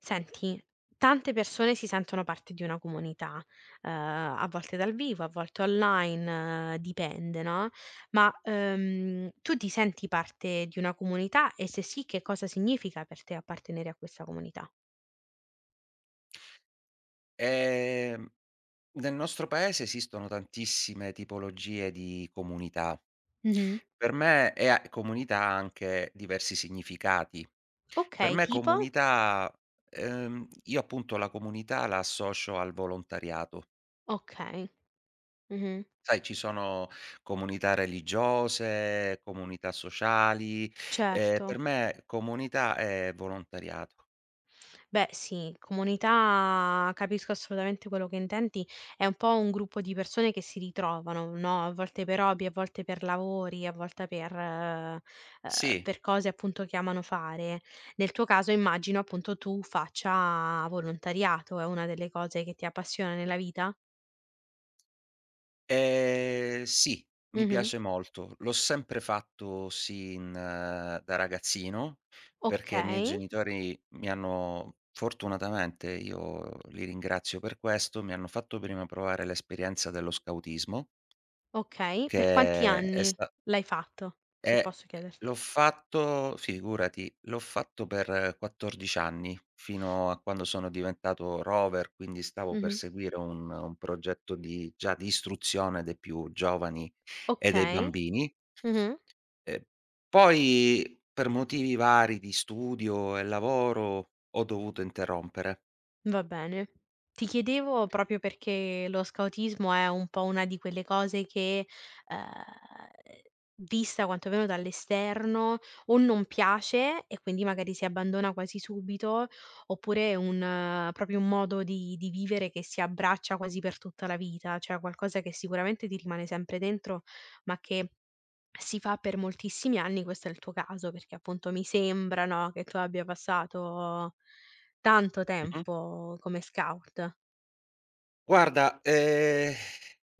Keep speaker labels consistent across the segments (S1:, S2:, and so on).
S1: Senti, tante persone si sentono parte di una comunità, a volte dal vivo, a volte online, dipende, no, ma tu ti senti parte di una comunità e se sì, che cosa significa per te appartenere a questa comunità?
S2: Ehm, Nel nostro paese esistono tantissime tipologie di comunità.
S1: Mh-mh.
S2: Per me e a comunità ha anche diversi significati. Per
S1: Okay,
S2: me
S1: tipo?
S2: comunità, io appunto la comunità la associo al volontariato.
S1: Okay. Mh-mh.
S2: Sai, ci sono comunità religiose, comunità sociali,
S1: Certo.
S2: per me comunità è volontariato.
S1: Beh sì, comunità capisco assolutamente quello che intendi, è un po' un gruppo di persone che si ritrovano, no, a volte per hobby, a volte per lavori, a volte per
S2: Sì.
S1: per cose appunto che amano fare. Nel tuo caso immagino appunto tu faccia volontariato, è una delle cose che ti appassiona nella vita?
S2: Sì, mi
S1: Mh-mh.
S2: piace molto. L'ho sempre fatto sin da ragazzino, perché i miei
S1: Okay,
S2: genitori mi hanno fortunatamente, io li ringrazio per questo, mi hanno fatto prima provare l'esperienza dello scautismo,
S1: okay. Per quanti
S2: che è
S1: anni
S2: sta
S1: l'hai fatto, se
S2: eh,
S1: posso chiederti?
S2: l'ho fatto, sì, figurati, l'ho fatto per 14 anni, fino a quando sono diventato rover, quindi stavo per
S1: Mh-mh.
S2: seguire un progetto di già di istruzione dei più giovani e dei
S1: Okay.
S2: bambini.
S1: Mh-mh.
S2: Ehm, Poi per motivi vari di studio e lavoro ho dovuto interrompere.
S1: Va bene. Ti chiedevo proprio perché lo scautismo è un po' una di quelle cose che, ehm, vista quantomeno dall'esterno, o non piace e quindi magari si abbandona quasi subito, oppure è un proprio un modo di vivere che si abbraccia quasi per tutta la vita, cioè qualcosa che sicuramente ti rimane sempre dentro, ma che si fa per moltissimi anni, questo è il tuo caso, perché appunto mi sembra, no, che tu abbia passato tanto
S2: Mh-mh.
S1: tempo come scout.
S2: Guarda,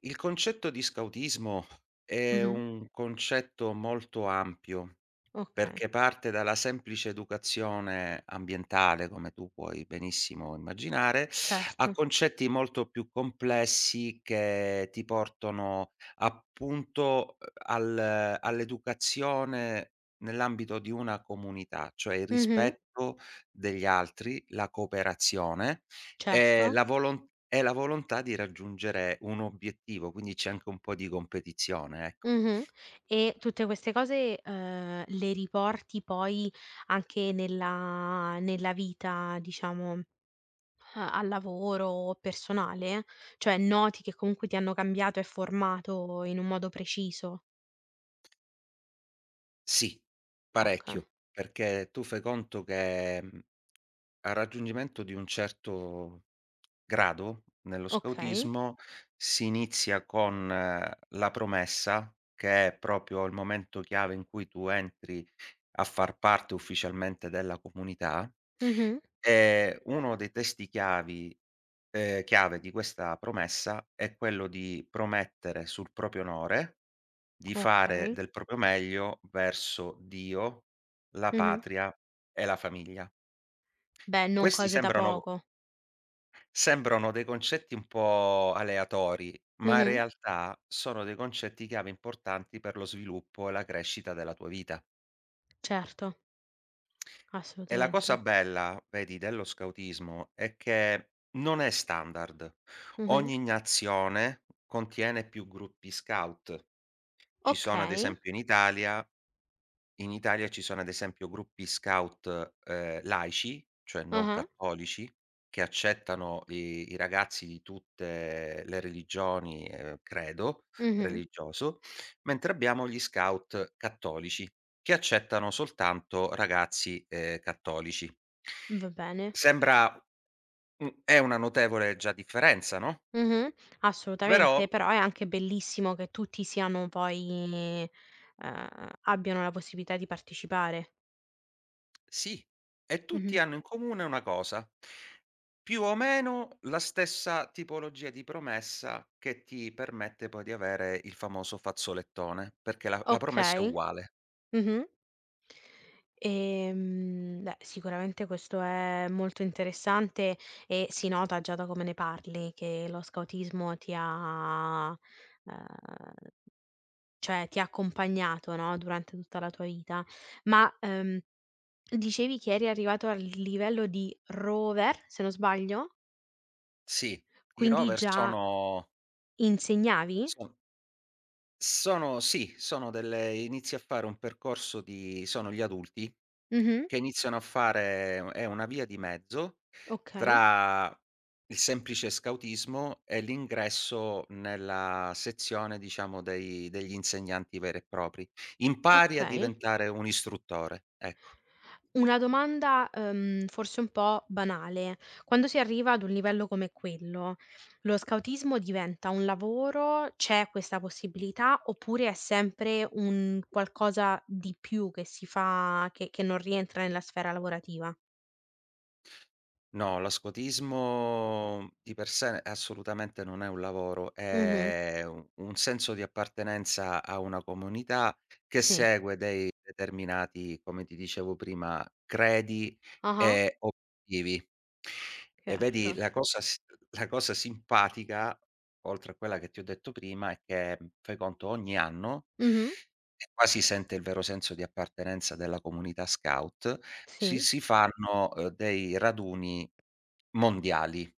S2: il concetto di scautismo è
S1: Mh-mh.
S2: un concetto molto ampio.
S1: Okay,
S2: Perché parte dalla semplice educazione ambientale, come tu puoi benissimo immaginare, a
S1: certo.
S2: concetti molto più complessi che ti portano appunto, al all'educazione nell'ambito di una comunità, cioè il
S1: Mh-mh.
S2: rispetto degli altri, la cooperazione e
S1: Certo.
S2: la volontà di raggiungere un obiettivo, quindi c'è anche un po' di competizione, ecco.
S1: Mh-mh. E tutte queste cose, le riporti poi anche nella vita, diciamo, al lavoro o personale? Cioè noti che comunque ti hanno cambiato e formato in un modo preciso?
S2: Sì,
S1: Okay.
S2: parecchio, perché tu fai conto che, al raggiungimento di un certo grado nello
S1: Okay.
S2: scautismo si inizia con la promessa, che è proprio il momento chiave in cui tu entri a far parte ufficialmente della comunità,
S1: Mh-mh.
S2: e uno dei testi chiavi chiave di questa promessa è quello di promettere sul proprio onore di fare
S1: Okay.
S2: del proprio meglio verso Dio, la
S1: Mh-mh.
S2: patria e la famiglia.
S1: Beh, non
S2: Questi
S1: cose da
S2: sembrano
S1: poco.
S2: sembrano dei concetti un po' aleatori, ma in
S1: Mh-mh.
S2: realtà sono dei concetti chiave importanti per lo sviluppo e la crescita della tua vita.
S1: Certo,
S2: E la cosa
S1: assolutamente.
S2: bella, vedi, dello scautismo è che non è standard.
S1: Mh-mh.
S2: Ogni nazione contiene più gruppi scout. Ci sono ad
S1: Okay.
S2: esempio in Italia In Italia ci sono ad esempio gruppi scout, laici, cioè non
S1: Ah-ah.
S2: cattolici, che accettano i ragazzi di tutte le religioni, credo
S1: Mh-mh.
S2: religioso, mentre abbiamo gli scout cattolici, che accettano soltanto ragazzi, cattolici.
S1: Va bene.
S2: Sembra u è una notevole già differenza, no,
S1: Mh-mh. Assolutamente,
S2: però.
S1: però è anche bellissimo che tutti siano poi abbiano la possibilità di partecipare.
S2: Sì, e tutti
S1: Mh-mh.
S2: hanno in comune una cosa: più o meno la stessa tipologia di promessa che ti permette poi di avere il famoso fazzolettone, perché la promessa è
S1: Okay.
S2: uguale.
S1: Mh-mh. Beh, sicuramente questo è molto interessante e si nota già da come ne parli che lo scautismo ti ha, ehm, cioè ti ha accompagnato, no, durante tutta la tua vita. Ma dicevi che eri arrivato al livello di rover, se non sbaglio?
S2: Sì, i
S1: Quindi
S2: rover
S1: già
S2: sono
S1: insegnavi?
S2: son Sono, sì, sono delle inizi a fare un percorso di, sono gli adulti
S1: Mh-mh.
S2: che iniziano a fare, è una via di mezzo
S1: Okay,
S2: tra il semplice scautismo e l'ingresso nella sezione, diciamo, dei degli insegnanti veri e propri. Impari a
S1: okay.
S2: diventare un istruttore, ecco.
S1: Una domanda, forse un po' banale. Quando si arriva ad un livello come quello, lo scautismo diventa un lavoro? C'è questa possibilità oppure è sempre un qualcosa di più che si fa che non rientra nella sfera lavorativa?
S2: No, l'ascotismo di per sé assolutamente non è un lavoro,
S1: Mh-mh.
S2: è u un senso di appartenenza a una comunità che
S1: Sì.
S2: segue dei determinati, come ti dicevo prima, credi
S1: Ah-ah.
S2: e obiettivi. E vedi
S1: Certo.
S2: la cosa simpatica, oltre a quella che ti ho detto prima, è che, fai conto ogni anno,
S1: Mh-mh.
S2: e qua si sente il vero senso di appartenenza della comunità scout, ci
S1: Sì.
S2: si fanno, dei raduni mondiali.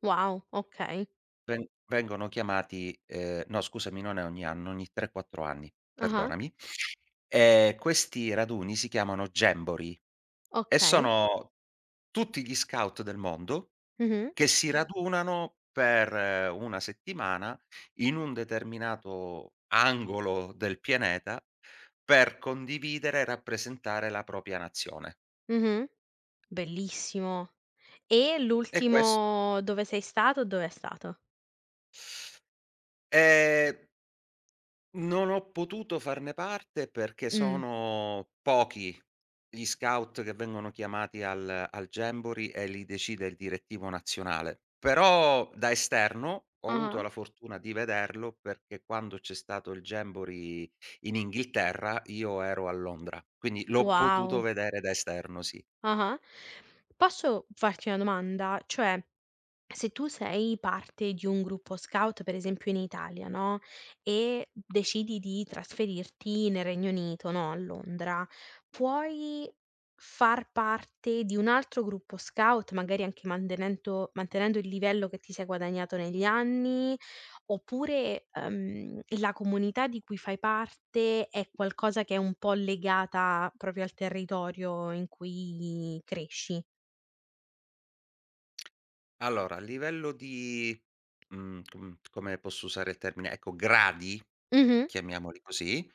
S1: Wow, okay.
S2: Vengono chiamati, no, scusami, non è ogni anno, ogni 3, 4 anni,
S1: Ah-ah.
S2: perdonami. Questi raduni si chiamano Jamboree e
S1: Okay.
S2: sono tutti gli scout del mondo
S1: Mh-mh.
S2: che si radunano per una settimana in un determinato angolo del pianeta per condividere e rappresentare la propria nazione.
S1: Mh-mh. Bellissimo. E
S2: E ques
S1: l'ultimo dove sei stato, dov'è stato?
S2: ehm Non ho potuto farne parte perché
S1: Mh.
S2: sono pochi gli scout che vengono chiamati al Jamboree e li decide il direttivo nazionale. Però da esterno ho
S1: Ah-ah.
S2: avuto la fortuna di vederlo perché quando c'è stato il Jamboree in Inghilterra io ero a Londra, quindi l'ho potuto
S1: Wow.
S2: vedere da esterno, sì.
S1: Ah-ah. Posso farti una domanda? Cioè, se tu sei parte di un gruppo scout, per esempio in Italia, no, e decidi di trasferirti nel Regno Unito, no, a Londra, puoi far parte di un altro gruppo scout, magari anche mantenento mantenendo il livello che ti sei guadagnato negli anni, oppure, la comunità di cui fai parte è qualcosa che è un po' legata proprio al territorio in cui cresci?
S2: Allora a livello di, come posso usare il termine, ecco, gradi.
S1: Mh-mh.
S2: Chiamiamoli così.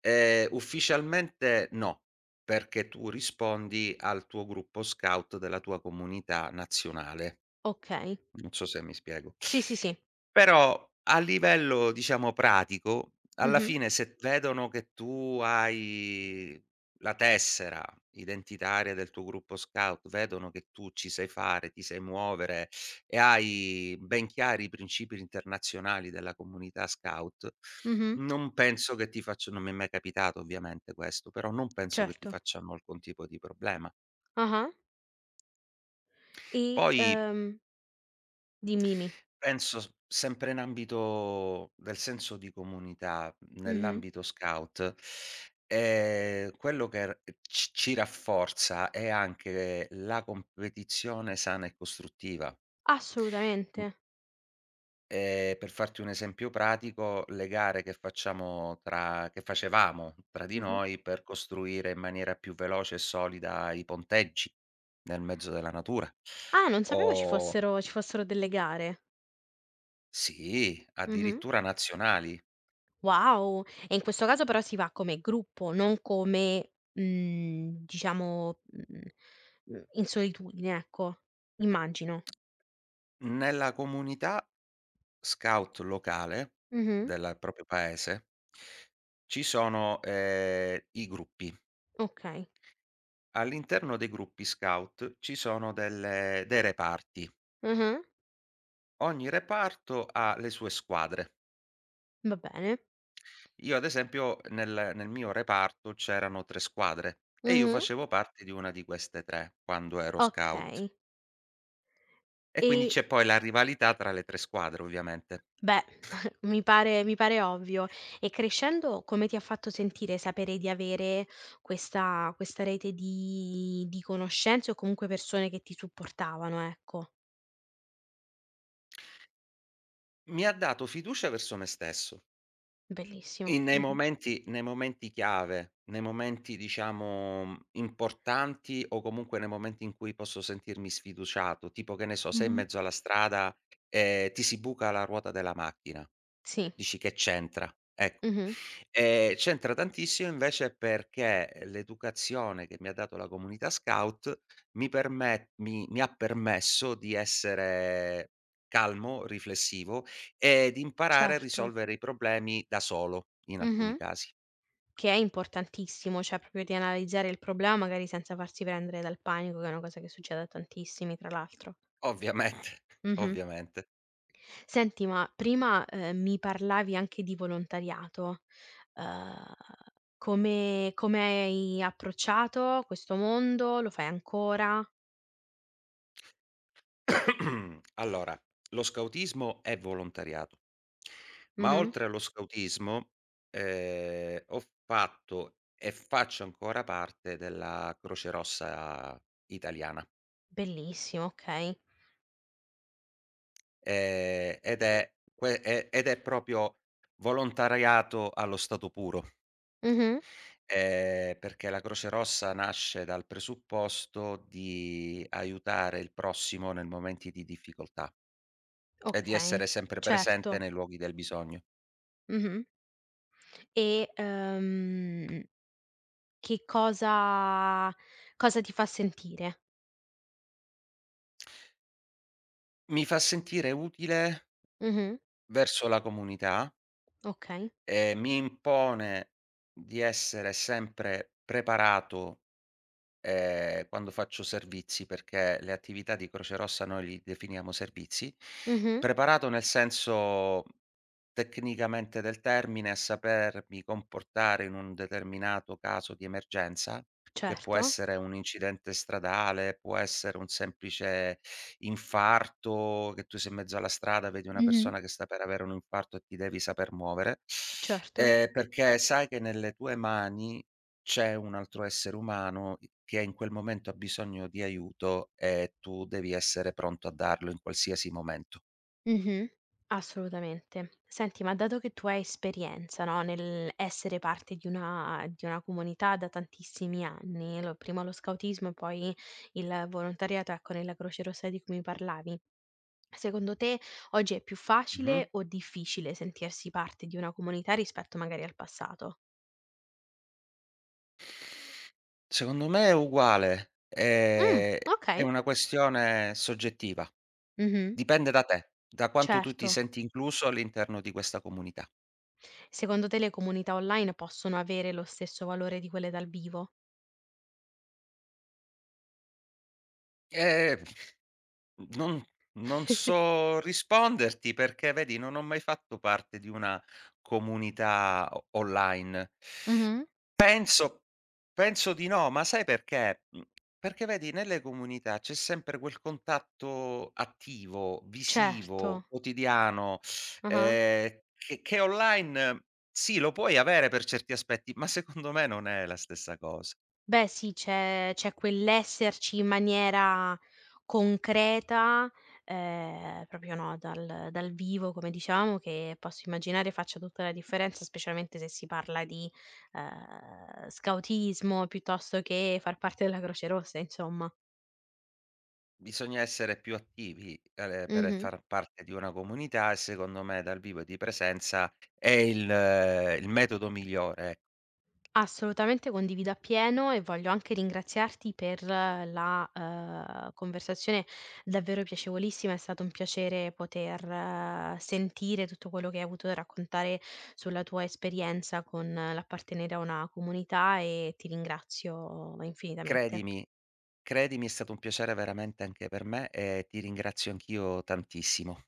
S2: Ufficialmente no, perché tu rispondi al tuo gruppo scout della tua comunità nazionale.
S1: Okay.
S2: Non so se mi spiego.
S1: Sì, sì, sì.
S2: Però a livello, diciamo, pratico, alla
S1: Mh-mh,
S2: fine se vedono che tu hai la tessera identitaria del tuo gruppo scout, vedono che tu ci sai fare, ti sai muovere e hai ben chiari i principi internazionali della comunità scout,
S1: mh-mh,
S2: non penso che ti faccia, non mi è mai capitato ovviamente questo, però non penso che ti
S1: certo.
S2: facciano alcun tipo di problema.
S1: Ah-ah. E,
S2: Poi,
S1: ehm dimmi, dimmi.
S2: penso s sempre in ambito del senso di comunità,
S1: Mh-mh.
S2: nell'ambito scout, quello che r c ci rafforza è anche la competizione sana e costruttiva. Mh,
S1: Assolutamente.
S2: per farti un esempio pratico, le gare che facevamo tra di
S1: Mh-mh.
S2: noi per costruire in maniera più veloce e solida i ponteggi nel mezzo della natura
S1: Ah, non sapevo
S2: o,
S1: ci fossero delle gare.
S2: sì,
S1: Mh-mh.
S2: addirittura nazionali.
S1: Wow! E in questo caso però si va come gruppo, non come, diciamo, in solitudine, ecco, immagino.
S2: Nella comunità scout locale
S1: Mh-mh.
S2: del proprio paese, ci sono, i gruppi.
S1: Okay.
S2: All'interno dei gruppi scout ci sono delle dei reparti.
S1: Mh-mh.
S2: Ogni reparto ha le sue squadre.
S1: Va bene.
S2: Io ad esempio nel mio reparto c'erano 3 squadre e io
S1: Mh-mh.
S2: facevo parte di una di queste 3 quando ero scout.
S1: Okay.
S2: E quindi
S1: E
S2: c'è poi la rivalità tra le 3 squadre ovviamente.
S1: beh, mi pare ovvio. E crescendo come ti ha fatto sentire sapere di avere questa rete di conoscenze o comunque persone che ti supportavano, ecco.
S2: Mi ha dato fiducia verso me stesso.
S1: Bellissimo.
S2: In
S1: Mh-mh.
S2: nei momenti chiave, nei momenti, diciamo, importanti o comunque nei momenti in cui posso sentirmi sfiduciato, tipo che ne so, sei in
S1: Mh-mh.
S2: mezzo alla strada e ti si buca la ruota della macchina,
S1: Sì.
S2: dici: "Che c'entra?" Ecco.
S1: Mh-mh.
S2: C'entra tantissimo invece perché l'educazione che mi ha dato la comunità scout mi permet mi mi ha permesso di essere calmo, riflessivo ed imparare a
S1: Certo.
S2: risolvere i problemi da solo, in alcuni
S1: Mh-mh.
S2: casi.
S1: Che è importantissimo, cioè proprio di analizzare il problema magari senza farsi prendere dal panico, che è una cosa che succede a tantissimi tra l'altro.
S2: Ovviamente,
S1: Mh-mh.
S2: ovviamente.
S1: Senti, ma prima, mi parlavi anche di volontariato. Uhm, come come hai approcciato questo mondo? Lo fai ancora?
S2: Allora, lo scautismo è volontariato, ma
S1: Mh-mh.
S2: oltre allo scautismo, ho fatto e faccio ancora parte della Croce Rossa Italiana,
S1: Bellissimo, okay.
S2: ed è proprio volontariato allo stato puro.
S1: Mh-mh.
S2: Perché la Croce Rossa nasce dal presupposto di aiutare il prossimo nel momenti di difficoltà e di
S1: Okay,
S2: essere sempre presente
S1: certo.
S2: nei luoghi del bisogno.
S1: Mh-mh. E, che cosa cosa ti fa sentire?
S2: Mi fa sentire utile
S1: Mh-mh.
S2: verso la comunità
S1: Okay.
S2: e mi impone di essere sempre preparato, quando faccio servizi, perché le attività di Croce Rossa noi li definiamo servizi,
S1: Mh-mh.
S2: preparato nel senso tecnicamente del termine, a sapermi comportare in un determinato caso di emergenza, che può
S1: Certo.
S2: essere un incidente stradale, può essere un semplice infarto, che tu sei in mezzo alla strada, vedi una
S1: Mh-mh.
S2: persona che sta per avere un infarto e ti devi saper muovere,
S1: Certo.
S2: perché sai che nelle tue mani c'è un altro essere umano i che in quel momento ha bisogno di aiuto e tu devi essere pronto a darlo in qualsiasi momento.
S1: Mh-mh. Assolutamente. Senti, ma dato che tu hai esperienza, no, nell'essere parte di una comunità da tantissimi anni, lo prima lo scautismo e poi il volontariato, ecco, nella Croce Rossa di cui mi parlavi, secondo te oggi è più
S2: Mh-mh.
S1: facile o difficile sentirsi parte di una comunità rispetto magari al passato?
S2: Secondo me è uguale,
S1: Mh,
S2: è
S1: okay.
S2: una questione soggettiva.
S1: Mh-mh.
S2: Dipende da te, da quanto tu ti
S1: Certo.
S2: senti incluso all'interno di questa comunità.
S1: Secondo te le comunità online possono avere lo stesso valore di quelle dal vivo?
S2: E Mhmm, non non so risponderti perché vedi non ho mai fatto parte di una comunità o online.
S1: Mh-mh.
S2: Penso penso di no, ma sai perché? Mhmm, Perché vedi nelle comunità c'è sempre quel contatto attivo, visivo,
S1: Certo.
S2: quotidiano,
S1: Ah-ah.
S2: che online sì, lo puoi avere per certi aspetti, ma secondo me non è la stessa cosa.
S1: Beh sì, c'è quell'esserci in maniera concreta, proprio no, dal vivo come dicevamo, che posso immaginare faccia tutta la differenza, specialmente se si parla di, scautismo piuttosto che far parte della Croce Rossa, insomma.
S2: Bisogna essere più attivi, per
S1: Mh-mh.
S2: far parte di una comunità e secondo me dal vivo e di presenza è il metodo migliore.
S1: Assolutamente condivido appieno e voglio anche ringraziarti per la, conversazione davvero piacevolissima. È stato un piacere poter sentire tutto quello che hai avuto da raccontare sulla tua esperienza con l'appartenere a una comunità e ti ringrazio infinitamente.
S2: Credimi credimi, è stato un piacere veramente anche per me e ti ringrazio anch'io tantissimo.